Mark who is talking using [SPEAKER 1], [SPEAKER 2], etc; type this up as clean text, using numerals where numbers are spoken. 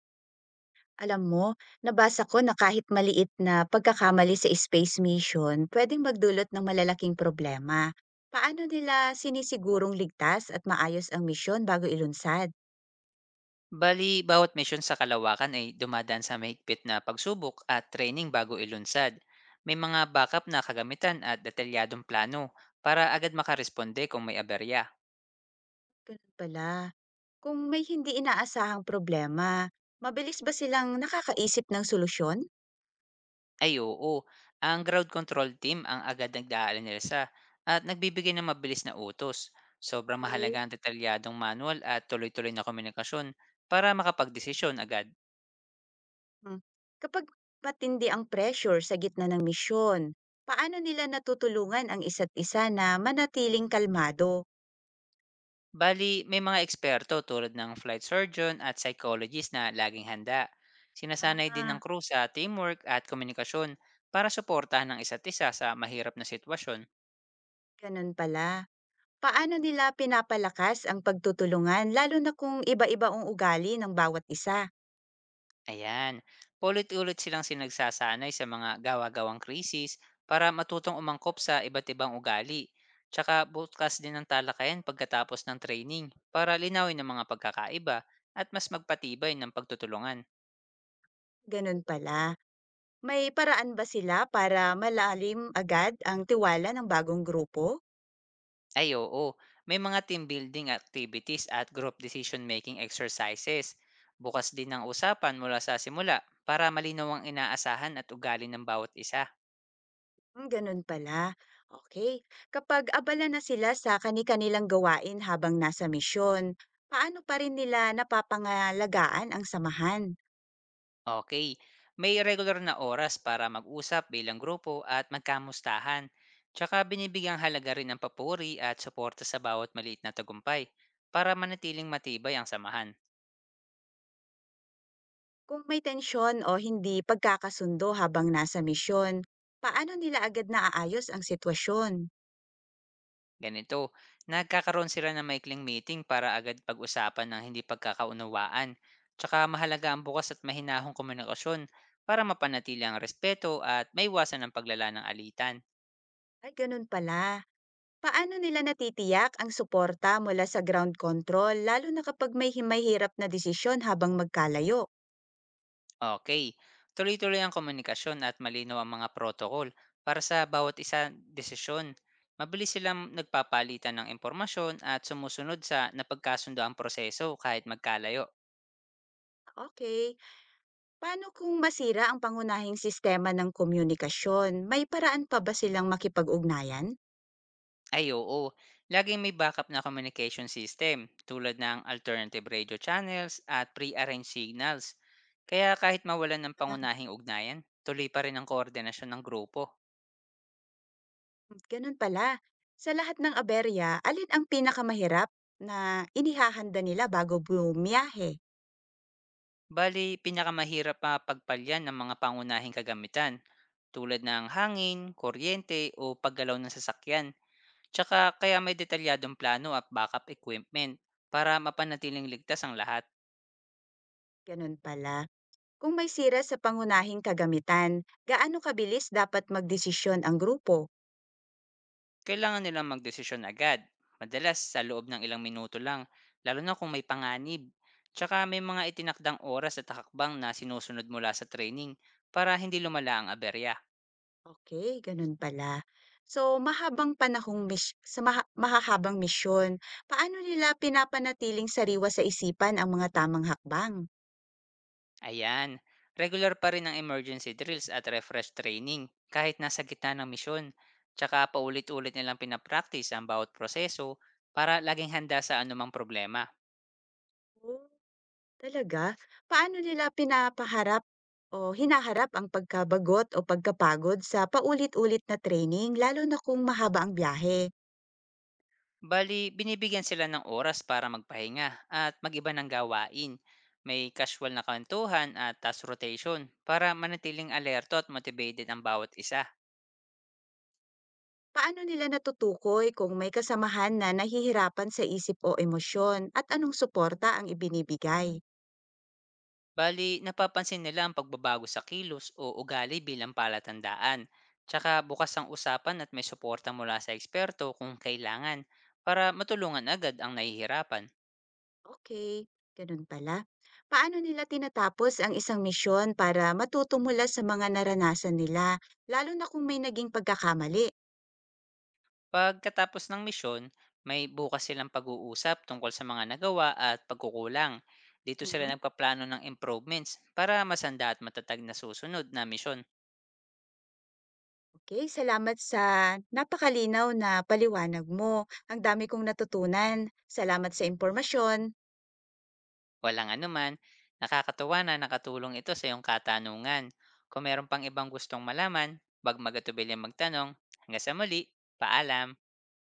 [SPEAKER 1] Alam mo, nabasa ko na kahit maliit na pagkakamali sa space mission, pwedeng magdulot ng malalaking problema. Paano nila sinisigurong ligtas at maayos ang misyon bago ilunsad?
[SPEAKER 2] Bali, bawat misyon sa kalawakan ay dumadaan sa mahigpit na pagsubok at training bago ilunsad. May mga backup na kagamitan at detalyadong plano para agad makaresponde kung may aberya.
[SPEAKER 1] Ganun pala. Kung may hindi inaasahang problema, mabilis ba silang nakakaisip ng solusyon?
[SPEAKER 2] Ay oo, ang ground control team ang agad nagdaalanisa at nagbibigay ng mabilis na utos. Sobrang mahalaga
[SPEAKER 1] Okay.
[SPEAKER 2] ang detalyadong manual at tuloy-tuloy na komunikasyon para makapagdesisyon agad.
[SPEAKER 1] Hmm. Kapag matindi ang pressure sa gitna ng misyon, paano nila natutulungan ang isa't isa na manatiling kalmado?
[SPEAKER 2] Bali, may mga eksperto tulad ng flight surgeon at psychologist na laging handa. Sinasanay din ng
[SPEAKER 1] Ah,
[SPEAKER 2] crew sa teamwork at komunikasyon para suportahan ng isa't isa sa mahirap na sitwasyon.
[SPEAKER 1] ganun pala. Paano nila pinapalakas ang pagtutulungan lalo na kung iba-iba ang ugali ng bawat isa?
[SPEAKER 2] Ayan, paulit-ulit silang sinagsasanay sa mga gawa-gawang krisis para matutong umangkop sa iba't ibang ugali. Tsaka bukas din ng talakayan pagkatapos ng training para linawin ng mga pagkakaiba at mas magpatibay ng pagtutulungan.
[SPEAKER 1] Ganun pala. May paraan ba sila para malalim agad ang tiwala ng bagong grupo?
[SPEAKER 2] Ay oo, may mga team building activities at group decision making exercises. Bukas din ang usapan mula sa simula para malinaw ang inaasahan at ugali ng bawat isa.
[SPEAKER 1] Hmm, ganun pala. Okay. Kapag abala na sila sa kani-kanilang gawain habang nasa misyon, paano pa rin nila napapangalagaan ang samahan?
[SPEAKER 2] Okay, may regular na oras para mag-usap bilang grupo at magkamustahan. Tsaka binibigyang halaga rin ang papuri at suporta sa bawat maliit na tagumpay para manatiling matibay ang samahan.
[SPEAKER 1] Kung may tensyon o hindi pagkakasundo habang nasa misyon, paano nila agad naaayos ang sitwasyon?
[SPEAKER 2] Ganito, nagkakaroon sila ng maikling meeting para agad pag-usapan ng hindi pagkakaunawaan. Tsaka mahalaga ang bukas at mahinahong komunikasyon para mapanatili ang respeto at maiwasan ang paglala ng alitan.
[SPEAKER 1] Ay, ganun pala. Paano nila natitiyak ang suporta mula sa ground control lalo na kapag may may hirap na desisyon habang magkalayo?
[SPEAKER 2] Okay, tuloy-tuloy ang komunikasyon at malinaw ang mga protocol para sa bawat isa desisyon. Mabilis silang nagpapalitan ng impormasyon at sumusunod sa napagkasundo ang proseso kahit magkalayo.
[SPEAKER 1] Okay, paano kung masira ang pangunahing sistema ng komunikasyon? May paraan pa ba silang makipag-ugnayan?
[SPEAKER 2] Ay oo, laging may backup na communication system tulad ng alternative radio channels at pre-arranged signals. Kaya kahit mawalan ng
[SPEAKER 1] Ah,
[SPEAKER 2] pangunahing ugnayan, tuloy pa rin ang koordinasyon ng grupo.
[SPEAKER 1] ganun pala. Sa lahat ng aberya, alin ang pinakamahirap na inihahanda nila bago bumiyahe?
[SPEAKER 2] Bali, pinakamahirap pa pagpalyan ng mga pangunahing kagamitan tulad ng hangin, kuryente o paggalaw ng sasakyan. Tsaka kaya may detalyadong plano at backup equipment para mapanatiling ligtas ang lahat.
[SPEAKER 1] Ganun pala. Kung may sira sa pangunahing kagamitan, gaano kabilis dapat magdesisyon ang grupo?
[SPEAKER 2] Kailangan nilang magdesisyon agad, madalas sa loob ng ilang minuto lang, lalo na kung may panganib. Tsaka may mga itinakdang oras at hakbang na sinusunod mula sa training para hindi lumala ang aberya.
[SPEAKER 1] Okay, gano'n pala. So, mahabang panahong mis sa maha mahahabang misyon, paano nila pinapanatiling sariwa sa isipan ang mga tamang hakbang?
[SPEAKER 2] Ayan, regular pa rin ang emergency drills at refresh training kahit nasa gitna ng misyon. Tsaka paulit-ulit nilang pinapractice ang bawat proseso para laging handa sa anumang problema.
[SPEAKER 1] Oh, talaga? Paano nila pinapaharap o hinaharap ang pagkabagot o pagkapagod sa paulit-ulit na training lalo na kung mahaba ang biyahe?
[SPEAKER 2] Bali, binibigyan sila ng oras para magpahinga at mag-iba ng gawain. May casual na kwentuhan at task rotation para manatiling alerto at motivated ang bawat isa.
[SPEAKER 1] Paano nila natutukoy kung may kasamahan na nahihirapan sa isip o emosyon at anong suporta ang ibinibigay?
[SPEAKER 2] Bali, napapansin nila ang pagbabago sa kilos o ugali bilang palatandaan. Tsaka bukas ang usapan at may suporta mula sa eksperto kung kailangan para matulungan agad ang nahihirapan.
[SPEAKER 1] Okay, gano'n pala. Paano nila tinatapos ang isang misyon para matuto mula sa mga naranasan nila, lalo na kung may naging pagkakamali?
[SPEAKER 2] Pagkatapos ng misyon, may bukas silang pag-uusap tungkol sa mga nagawa at pagkukulang. Dito sila
[SPEAKER 1] Mhm.
[SPEAKER 2] nagpaplano ng improvements para masanda at matatag na susunod na misyon.
[SPEAKER 1] Okey, salamat sa napakalinaw na paliwanag mo. Ang dami kong natutunan. Salamat sa impormasyon.
[SPEAKER 2] Walang anuman, nakakatuwa na nakatulong ito sa iyong katanungan. Kung meron pang ibang gustong malaman, bag magatubili magtanong. Hanggang sa muli, paalam!